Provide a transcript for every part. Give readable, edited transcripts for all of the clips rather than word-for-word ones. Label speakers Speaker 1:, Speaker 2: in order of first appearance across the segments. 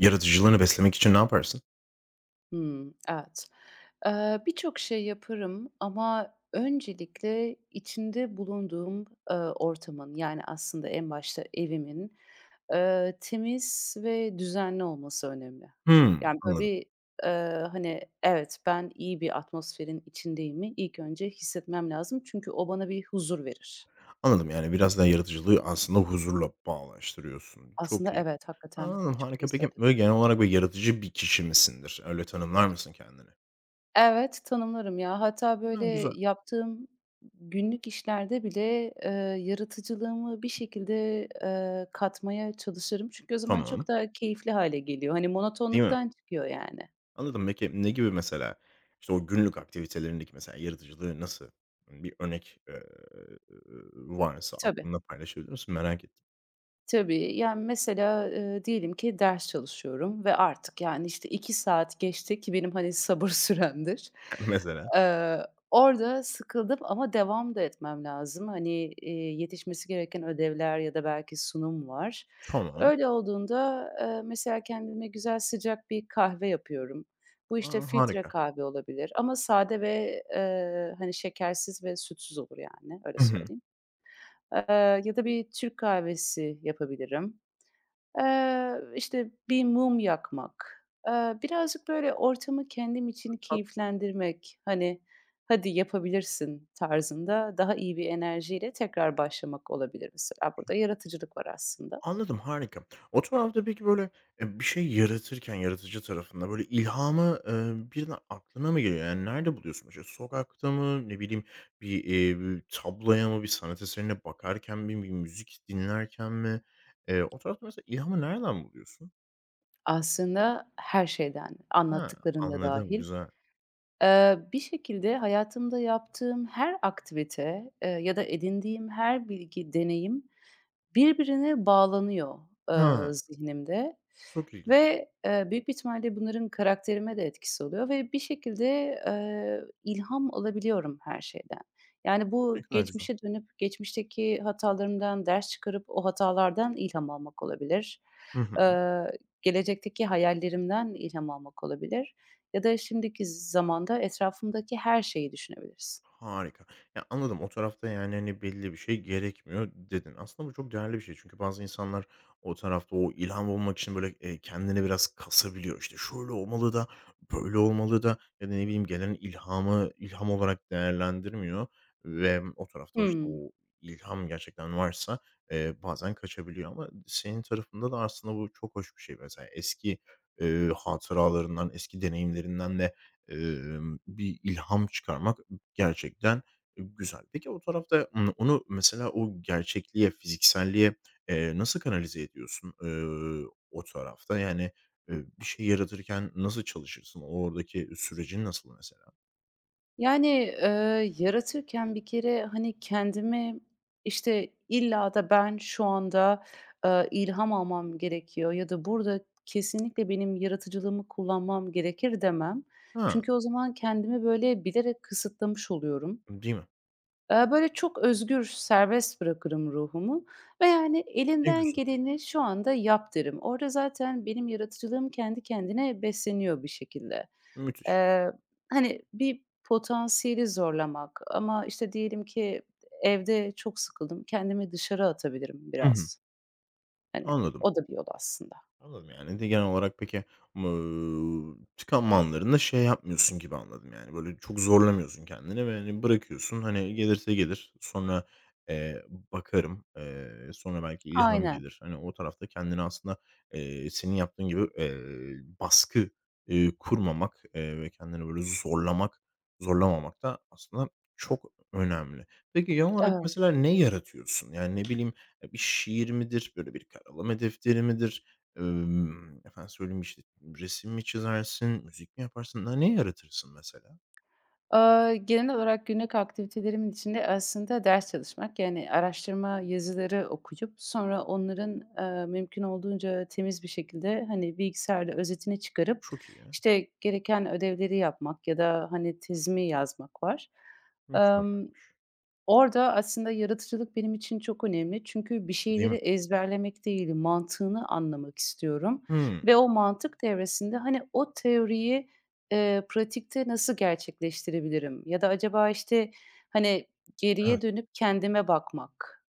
Speaker 1: Yaratıcılığını beslemek için ne yaparsın?
Speaker 2: Hmm, evet. Birçok şey yaparım ama öncelikle içinde bulunduğum, ortamın, yani, aslında en başta evimin, temiz ve düzenli olması önemli.
Speaker 1: Hımm,
Speaker 2: Yani, böyle
Speaker 1: anladım.
Speaker 2: bir, hani, evet, ben iyi bir atmosferin içindeyimi ilk önce hissetmem lazım çünkü o bana bir huzur verir.
Speaker 1: Anladım, yani, biraz daha yaratıcılığı aslında huzurla bağdaştırıyorsun.
Speaker 2: Aslında
Speaker 1: Çok iyi.
Speaker 2: evet, hakikaten
Speaker 1: Anladım,
Speaker 2: çok iyi
Speaker 1: harika. Peki,
Speaker 2: söyledin.
Speaker 1: böyle, genel olarak, böyle, yaratıcı bir kişi misindir? Öyle tanımlar mısın kendini?
Speaker 2: Evet, tanımlarım ya. Hatta
Speaker 1: Ha,
Speaker 2: böyle
Speaker 1: güzel.
Speaker 2: yaptığım günlük işlerde bile, yaratıcılığımı bir şekilde, katmaya çalışırım. Çünkü o zaman
Speaker 1: Tamam.
Speaker 2: çok daha keyifli hale geliyor. Hani,
Speaker 1: Değil mi?
Speaker 2: monotonluktan çıkıyor yani.
Speaker 1: Anladım. Peki, ne gibi mesela, işte, o günlük aktivitelerindeki mesela yaratıcılığı nasıl? Hani, bir örnek, varsa
Speaker 2: Tabii.
Speaker 1: aklında paylaşabilir misin? Merak ettim.
Speaker 2: Tabii. Yani, mesela, diyelim ki ders çalışıyorum ve artık, yani, işte, 2 saat geçti ki benim, hani, sabır süremdir.
Speaker 1: Mesela.
Speaker 2: Eee, orada sıkıldım ama devam da etmem lazım. Hani, yetişmesi gereken ödevler ya da belki sunum var.
Speaker 1: Tamam.
Speaker 2: Öyle olduğunda, mesela kendime güzel sıcak bir kahve yapıyorum. Bu, işte,
Speaker 1: A,
Speaker 2: filtre
Speaker 1: harika.
Speaker 2: kahve olabilir ama sade ve, hani, şekersiz ve sütsüz olur, yani, öyle
Speaker 1: Hı hı.
Speaker 2: söyleyeyim. Ya da bir Türk kahvesi yapabilirim. İşte, bir mum yakmak, birazcık böyle ortamı kendim için keyiflendirmek, hani, "Hadi, yapabilirsin." tarzında daha iyi bir enerjiyle tekrar başlamak olabilir mesela. Burada yaratıcılık var aslında.
Speaker 1: Anladım, harika. O tarafta peki, böyle, bir şey yaratırken yaratıcı tarafında, böyle, ilhamı, birden aklına mı geliyor? Yani, nerede buluyorsun? Mesela sokakta mı, ne bileyim, bir tabloya mı, bir sanat eserine bakarken mi, bir müzik dinlerken mi? O tarafta mesela ilhamı nereden buluyorsun?
Speaker 2: Aslında her şeyden,
Speaker 1: Ha,
Speaker 2: anlattıkların da
Speaker 1: anladım,
Speaker 2: dâhil.
Speaker 1: güzel.
Speaker 2: Bir şekilde hayatımda yaptığım her aktivite, ya da edindiğim her bilgi, deneyim birbirine bağlanıyor,
Speaker 1: Ha,
Speaker 2: zihnimde
Speaker 1: çok ilginç.
Speaker 2: ve, büyük bir ihtimalle bunların karakterime de etkisi oluyor ve bir şekilde, ilham alabiliyorum her şeyden. Yani,
Speaker 1: Ne
Speaker 2: bu
Speaker 1: kadar güzel.
Speaker 2: geçmişe dönüp geçmişteki hatalarımdan ders çıkarıp o hatalardan ilham almak olabilir.
Speaker 1: Hı hı.
Speaker 2: Eee, gelecekteki hayallerimden ilham almak olabilir ya da şimdiki zamanda etrafımdaki her şeyi düşünebiliriz.
Speaker 1: Harika. Ya, anladım, o tarafta, yani, hani, belli bir şey gerekmiyor dedin. Aslında bu çok değerli bir şey çünkü bazı insanlar o tarafta o ilham bulmak için, böyle, kendini biraz kasabiliyor. İşte, şöyle olmalı da, böyle olmalı da ya da ne bileyim gelen ilhamı ilham olarak değerlendirmiyor ve o tarafta, işte,
Speaker 2: Hıı.
Speaker 1: o ilham gerçekten varsa, bazen kaçabiliyor ama senin tarafında da aslında bu çok hoş bir şey. Mesela eski, hatıralarından, eski deneyimlerinden de, bir ilham çıkarmak. Gerçekten güzel. Peki o tarafta, onu mesela o gerçekliğe, fizikselliğe, nasıl kanalize ediyorsun, o tarafta? Yani, bir şey yaratırken nasıl çalışırsın? Oradaki sürecin nasıl mesela?
Speaker 2: Yani, yaratırken bir kere, hani, kendimi, işte, illa da ben şu anda, ilham almam gerekiyor ya da burada kesinlikle benim yaratıcılığımı kullanmam gerekir demem.
Speaker 1: Ha,
Speaker 2: Çünkü o zaman kendimi, böyle, bilerek kısıtlamış oluyorum.
Speaker 1: değil mi?
Speaker 2: Böyle, çok özgür, serbest bırakırım ruhumu ve, yani,
Speaker 1: Ne
Speaker 2: "Elinden
Speaker 1: güzel,
Speaker 2: geleni şu anda yap." derim. Orada zaten benim yaratıcılığım kendi kendine besleniyor bir şekilde.
Speaker 1: müthiş.
Speaker 2: Eee, hani, bir potansiyeli zorlamak ama, işte, diyelim ki evde çok sıkıldım, kendimi dışarı atabilirim
Speaker 1: Hı hı,
Speaker 2: biraz. Hani,
Speaker 1: anladım.
Speaker 2: o da bir yol aslında.
Speaker 1: Anladım yani de genel olarak peki, tıkanma anlarında şey yapmıyorsun gibi anladım yani, böyle, çok zorlamıyorsun kendini ve, hani, bırakıyorsun, hani, gelirse gelir, sonra, eee, bakarım, sonra belki ilham
Speaker 2: Aynen,
Speaker 1: gelir. Hani, o tarafta kendini aslında, senin yaptığın gibi, baskı, kurmamak, ve kendini böyle zorlamak, zorlamamak da aslında çok önemli. Peki genel olarak
Speaker 2: evet.
Speaker 1: mesela ne yaratıyorsun? Yani, ne bileyim, bir şiir midir, böyle bir karalama defteri midir? Efendim söyleyeyim, işte, resim mi çizersin, müzik mi yaparsın? Ne yaratırsın mesela?
Speaker 2: Genel olarak günlük aktivitelerimin içinde aslında ders çalışmak, yani araştırma yazıları okuyup sonra onların, mümkün olduğunca temiz bir şekilde, hani, bilgisayarda özetini çıkarıp,
Speaker 1: Çok iyi ya.
Speaker 2: işte, gereken ödevleri yapmak ya da, hani, tezimi yazmak var.
Speaker 1: Mükemmelmiş.
Speaker 2: Orada aslında yaratıcılık benim için çok önemli. Çünkü bir
Speaker 1: Değil
Speaker 2: şeyleri
Speaker 1: mi?
Speaker 2: ezberlemek değil, mantığını anlamak istiyorum
Speaker 1: Hımm.
Speaker 2: ve o mantık devresinde, hani, o teoriyi, pratikte nasıl gerçekleştirebilirim ya da acaba, işte, hani, geriye
Speaker 1: Evet.
Speaker 2: dönüp kendime bakmak,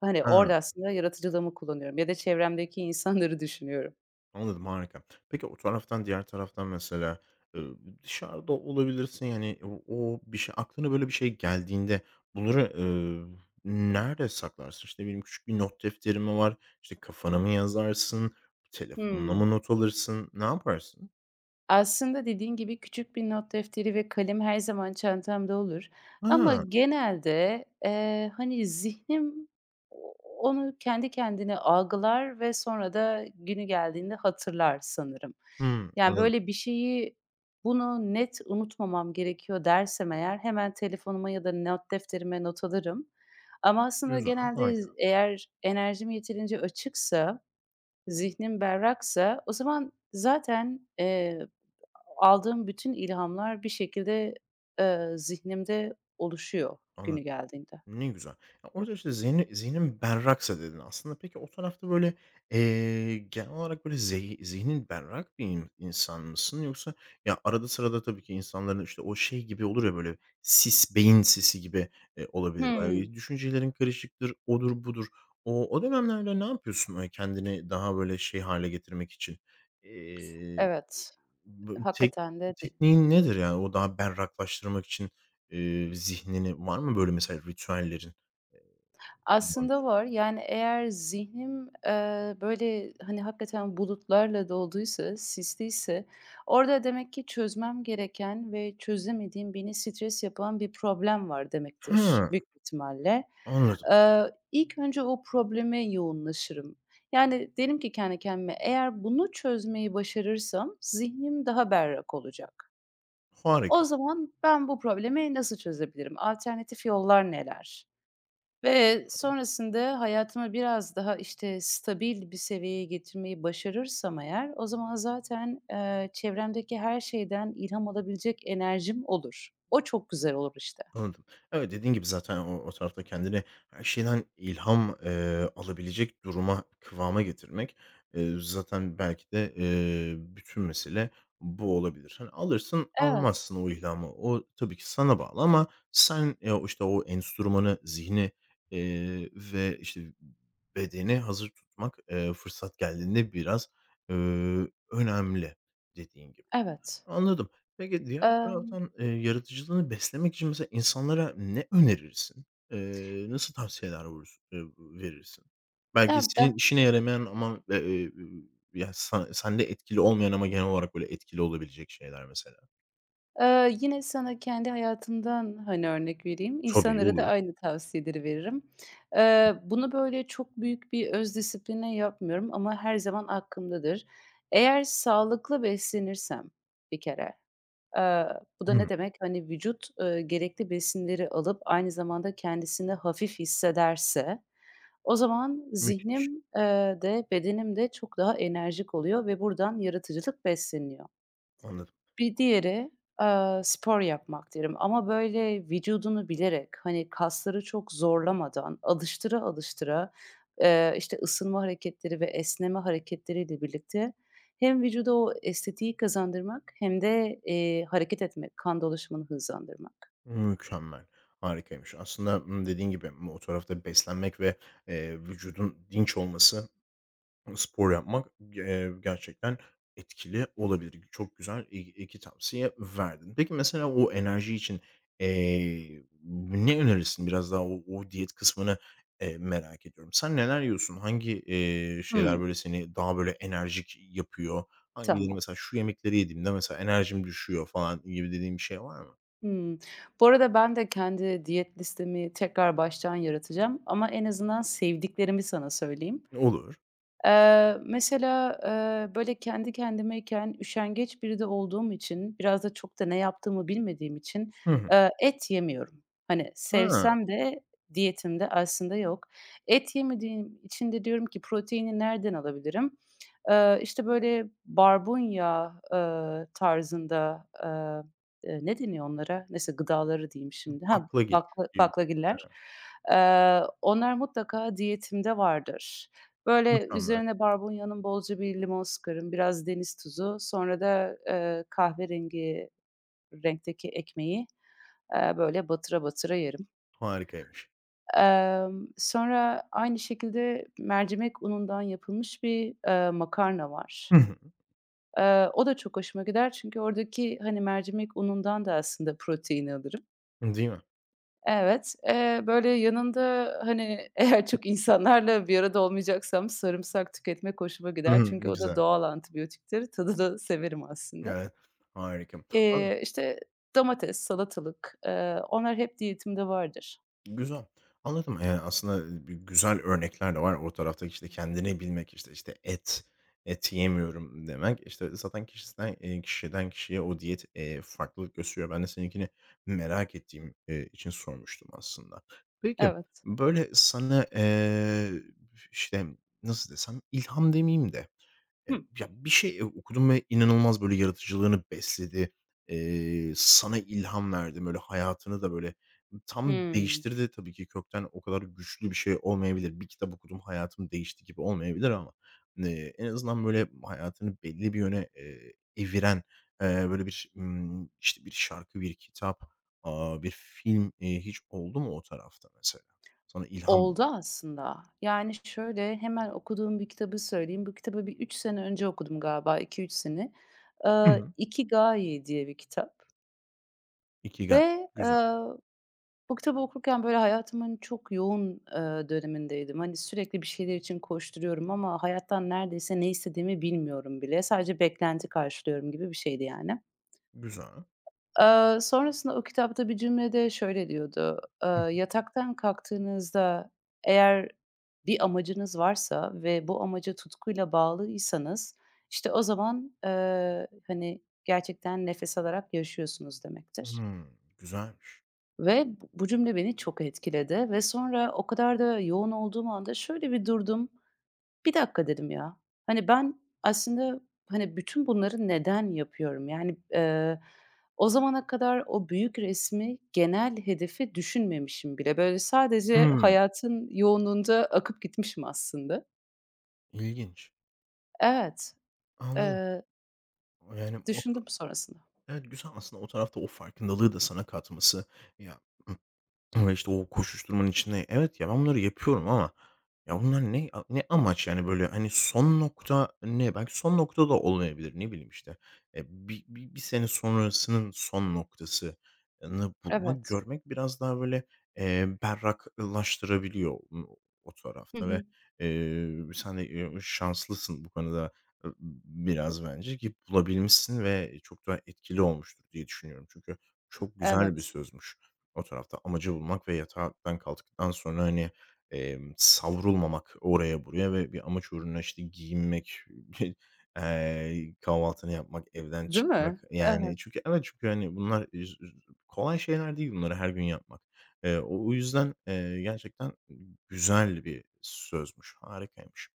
Speaker 2: hani,
Speaker 1: Ha,
Speaker 2: orada aslında yaratıcılığımı kullanıyorum ya da çevremdeki insanları düşünüyorum.
Speaker 1: anladım, harika. Peki o taraftan, diğer taraftan mesela, ııı, dışarıda olabilirsin, yani, o bir şey aklına böyle bir şey geldiğinde bunları, nerede saklarsın? İşte, ne bileyim, küçük bir not defteri mi var? İşte, kafana mı yazarsın? Telefonuna
Speaker 2: Hımm.
Speaker 1: mı not alırsın? Ne yaparsın?
Speaker 2: Aslında dediğin gibi küçük bir not defteri ve kalem her zaman çantamda olur ama
Speaker 1: Ha.
Speaker 2: genelde, hani, zihnim o onu kendi kendine algılar ve sonra da günü geldiğinde hatırlar sanırım.
Speaker 1: Hımm,
Speaker 2: Yani,
Speaker 1: anladım.
Speaker 2: böyle bir şeyi, "Bunu net unutmamam gerekiyor." dersem eğer hemen telefonuma ya da not defterime not alırım ama aslında
Speaker 1: Güzel,
Speaker 2: genelde
Speaker 1: harika.
Speaker 2: eğer enerjim yeterince açıksa, zihnim berraksa o zaman zaten, aldığım bütün ilhamlar bir şekilde, zihnimde oluşuyor günü
Speaker 1: Anladım.
Speaker 2: geldiğinde.
Speaker 1: Ne güzel. Ya, orada, işte, zihnin berraksa dedin aslında. Peki o tarafta, böyle, genel olarak, böyle, zihnin berrak bir insan mısın yoksa ya, arada sırada tabii ki insanların, işte, o şey gibi olur ya, böyle, sis, beyin sisi gibi, olabilir.
Speaker 2: Hımm,
Speaker 1: Böyle, düşüncelerin karışıktır, odur budur. O dönemlerde ne yapıyorsun, böyle, kendini daha, böyle, şey hale getirmek için?
Speaker 2: evet.
Speaker 1: Bö tek
Speaker 2: Hakikaten de.
Speaker 1: Tekniğin nedir yani? O daha berraklaştırmak için, zihnini var mı böyle mesela ritüellerin, eee,
Speaker 2: Aslında
Speaker 1: kullandığın?
Speaker 2: var. Yani eğer zihnim, böyle, hani, hakikaten bulutlarla dolduysa, sisliyse orada demek ki çözmem gereken ve çözemediğim, beni stres yapan bir problem var demektir
Speaker 1: Hıı,
Speaker 2: büyük ihtimalle.
Speaker 1: anladım.
Speaker 2: İlk önce o probleme yoğunlaşırım. Yani, derim ki kendi kendime, eğer bunu çözmeyi başarırsam zihnim daha berrak olacak. O
Speaker 1: Harika.
Speaker 2: zaman ben bu problemi nasıl çözebilirim? Alternatif yollar neler? Ve sonrasında hayatımı biraz daha, işte, stabil bir seviyeye getirmeyi başarırsam eğer o zaman zaten, çevremdeki her şeyden ilham alabilecek enerjim olur. O çok güzel olur, işte.
Speaker 1: Anladım. Evet, dediğin gibi zaten o tarafta kendini her şeyden ilham, alabilecek duruma, kıvama getirmek, zaten belki de, bütün mesele bu olabilir. Hani, alırsın,
Speaker 2: Evet,
Speaker 1: almazsın o ilhamı. O tabii ki sana bağlı ama sen, o, işte, o enstrümanı, zihni, ve, işte, bedeni hazır tutmak, fırsat geldiğinde biraz, eee, önemli dediğin gibi.
Speaker 2: evet.
Speaker 1: Anladım. Peki, diğer
Speaker 2: Emm,
Speaker 1: taraftan, yaratıcılığını beslemek için mesela insanlara ne önerirsin? Nasıl tavsiyeler vurursun verirsin?
Speaker 2: ya,
Speaker 1: Belki
Speaker 2: ben,
Speaker 1: senin işine yaramayan ama, ü ya, sende etkili olmayan ama genel olarak böyle etkili olabilecek şeyler mesela.
Speaker 2: yine sana kendi hayatımdan, hani, örnek vereyim.
Speaker 1: Tabii,
Speaker 2: İnsanlara da
Speaker 1: olur.
Speaker 2: aynı tavsiyeleri veririm. Bunu böyle çok büyük bir öz disipline yapmıyorum ama her zaman aklımdadır. Eğer sağlıklı beslenirsem bir kere. Eee, bu da ne
Speaker 1: Hımm.
Speaker 2: demek? Hani, vücut, gerekli besinleri alıp aynı zamanda kendisini hafif hissederse o zaman
Speaker 1: Müthiş.
Speaker 2: zihnim, de bedenim de çok daha enerjik oluyor ve buradan yaratıcılık besleniyor.
Speaker 1: Anladım.
Speaker 2: Bir diğeri, spor yapmak derim ama böyle vücudunu bilerek, hani, kasları çok zorlamadan, alıştıra alıştıra, işte, ısınma hareketleri ve esneme hareketleriyle birlikte hem vücuda o estetiği kazandırmak hem de, hareket etmek, kan dolaşımını hızlandırmak.
Speaker 1: Mükemmel. Harikaymış. Aslında, dediğin gibi, o tarafta beslenmek ve, vücudun dinç olması. Spor yapmak, gerçekten etkili olabilir. Çok güzel 2 tavsiye verdin. Peki mesela o enerji için, ne önerirsin? Biraz daha o diyet kısmını, merak ediyorum. Sen neler yiyorsun? Hangi, şeyler
Speaker 2: Hımm,
Speaker 1: böyle seni daha böyle enerjik yapıyor? Hangileri
Speaker 2: tamam.
Speaker 1: mesela şu yemekleri yediğimde mesela enerjim düşüyor falan gibi dediğin bir şey var mı?
Speaker 2: Hımm. Bu arada ben de kendi diyet listemi tekrar baştan yaratacağım ama en azından sevdiklerimi sana söyleyeyim.
Speaker 1: Olur.
Speaker 2: Mesela, böyle, kendi kendimeyken üşengeç biri de olduğum için, biraz da çok da ne yaptığımı bilmediğim için,
Speaker 1: Hı hı.
Speaker 2: et yemiyorum. Hani,
Speaker 1: Ha,
Speaker 2: sevsem de diyetimde aslında yok. Et yemediğim için de diyorum ki proteini nereden alabilirim? İşte, böyle, barbunya, tarzında, ne deniyor onlara? Neyse, gıdaları diyeyim şimdi. Ha,
Speaker 1: akla gelir.
Speaker 2: baklagiller.
Speaker 1: Evet,
Speaker 2: Onlar mutlaka diyetimde vardır. Böyle,
Speaker 1: mükemmel,
Speaker 2: üzerine barbunyanın bolca bir limon sıkarım, biraz deniz tuzu, sonra da, kahverengi renkteki ekmeği, böyle, batıra batıra yerim.
Speaker 1: harikaymış.
Speaker 2: Sonra aynı şekilde mercimek unundan yapılmış bir, makarna var.
Speaker 1: Hı hı.
Speaker 2: O da çok hoşuma gider çünkü oradaki, hani, mercimek unundan da aslında protein alırım.
Speaker 1: Değil mi?
Speaker 2: Evet, böyle, yanında, hani, eğer çok insanlarla bir arada olmayacaksam sarımsak tüketmek hoşuma
Speaker 1: Hı
Speaker 2: gider.
Speaker 1: hı.
Speaker 2: Çünkü o da
Speaker 1: Güzel.
Speaker 2: doğal antibiyotiktir. Tadını severim aslında.
Speaker 1: Evet, harika. A,
Speaker 2: İşte, domates, salatalık, onlar hep diyetimde vardır.
Speaker 1: güzel. Anladım. Yani aslında bi güzel örnekler de var. O tarafta, işte, kendini bilmek, işte et, et yemiyorum demek. İşte, zaten kişiden kişiye o diyet, farklılık gösteriyor. Ben de seninkini merak ettiğim, için sormuştum aslında. Peki,
Speaker 2: Evet.
Speaker 1: böyle, sana, işte, nasıl desem, ilham demeyeyim de,
Speaker 2: Hıh.
Speaker 1: ya, bir şey, okudun ve inanılmaz, böyle, yaratıcılığını besledi, sana ilham verdi. Böyle, hayatını da, böyle, tam
Speaker 2: Hıı.
Speaker 1: değiştirdi tabii ki kökten o kadar güçlü bir şey olmayabilir. Bir kitap okudum, hayatım değişti gibi olmayabilir ama, en azından böyle hayatını belli bir yöne, eviren, böyle bir, işte, bir şarkı, bir kitap, bir film, hiç oldu mu o tarafta mesela? Sana ilham
Speaker 2: Oldu
Speaker 1: olan.
Speaker 2: aslında. Yani, şöyle, hemen okuduğum bir kitabı söyleyeyim. Bu kitabı bir 3 sene önce okudum galiba, 2-3 sene.
Speaker 1: Hı
Speaker 2: Eee,
Speaker 1: hı.
Speaker 2: İki gaye diye bir kitap
Speaker 1: Ikigai.
Speaker 2: ve,
Speaker 1: Güzel,
Speaker 2: bu kitabı okurken, böyle, hayatımın çok yoğun, dönemindeydim. Hani, sürekli bir şeyler için koşturuyorum ama hayattan neredeyse ne istediğimi bilmiyorum bile. Sadece beklenti karşılıyorum gibi bir şeydi yani.
Speaker 1: güzel.
Speaker 2: Sonrasında o kitapta bir cümlede şöyle diyordu:
Speaker 1: Hı
Speaker 2: "Yataktan kalktığınızda eğer bir amacınız varsa ve bu amaca tutkuyla bağlıysanız, işte, o zaman, hani, gerçekten nefes alarak yaşıyorsunuz
Speaker 1: hı.
Speaker 2: demektir."
Speaker 1: Hımm, güzelmiş.
Speaker 2: Ve bu cümle beni çok etkiledi ve sonra o kadar da yoğun olduğum anda şöyle bir durdum. "Bir dakika." dedim ya. Hani, ben aslında, hani, bütün bunları neden yapıyorum? Yani, o zamana kadar o büyük resmi, genel hedefi düşünmemişim bile. Böyle sadece
Speaker 1: Hımm,
Speaker 2: hayatın yoğunluğunda akıp gitmişim aslında.
Speaker 1: ilginç.
Speaker 2: Evet,
Speaker 1: Anladım.
Speaker 2: eee,
Speaker 1: Yani, o.
Speaker 2: düşündüm sonrasında.
Speaker 1: Evet, güzel aslında o tarafta o farkındalığı da sana katması, ya. Ama, işte, o koşuşturmanın içinde evet ya, ben bunları yapıyorum ama ya, bunlar ne amaç yani, böyle, hani, son nokta ne? Belki son nokta da olmayabilir. Ne bileyim, işte, bi bi bir sene sonrasının son noktasını bulmak,
Speaker 2: Evet.
Speaker 1: görmek biraz daha, böyle, berraklaştırabiliyor o
Speaker 2: Hı
Speaker 1: tarafta ve,
Speaker 2: hı.
Speaker 1: sen de, şanslısın bu konuda, ııı, biraz bence ki bulabilmişsin ve çok daha etkili olmuştur diye düşünüyorum. Çünkü çok güzel bir
Speaker 2: Evet.
Speaker 1: sözmüş. O tarafta amacı bulmak ve yataktan kalktıktan sonra, hani, savrulmamak oraya buraya ve bir amaç uğruna, işte, giyinmek, kahvaltını yapmak, evden
Speaker 2: Değil
Speaker 1: çıkmak,
Speaker 2: mi? Evet,
Speaker 1: yani, çünkü evet, çünkü, hani, bunlar kolay şeyler değil bunları her gün yapmak. O yüzden, gerçekten güzel bir sözmüş, harikaymış.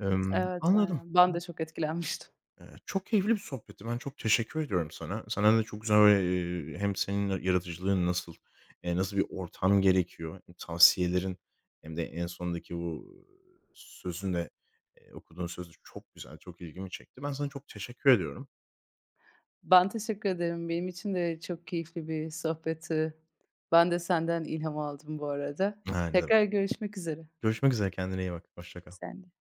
Speaker 2: evet,
Speaker 1: Anladım.
Speaker 2: aynen. Ben de çok etkilenmiştim.
Speaker 1: Çok keyifli bir sohbetti. Ben çok teşekkür ediyorum sana. Sana da çok güzel ve, hem senin yaratıcılığın nasıl, nasıl bir ortam gerekiyor, hem tavsiyelerin hem de en sondaki bu sözün de, okuduğun sözü çok güzel, çok ilgimi çekti. Ben sana çok teşekkür ediyorum.
Speaker 2: Ben teşekkür ederim. Benim için de çok keyifli bir sohbetti. Ben de senden ilham aldım bu arada.
Speaker 1: Ha, ne demek.
Speaker 2: Tekrar görüşmek üzere.
Speaker 1: Görüşmek üzere, kendine iyi bak. Hoşça kal.
Speaker 2: Sen de.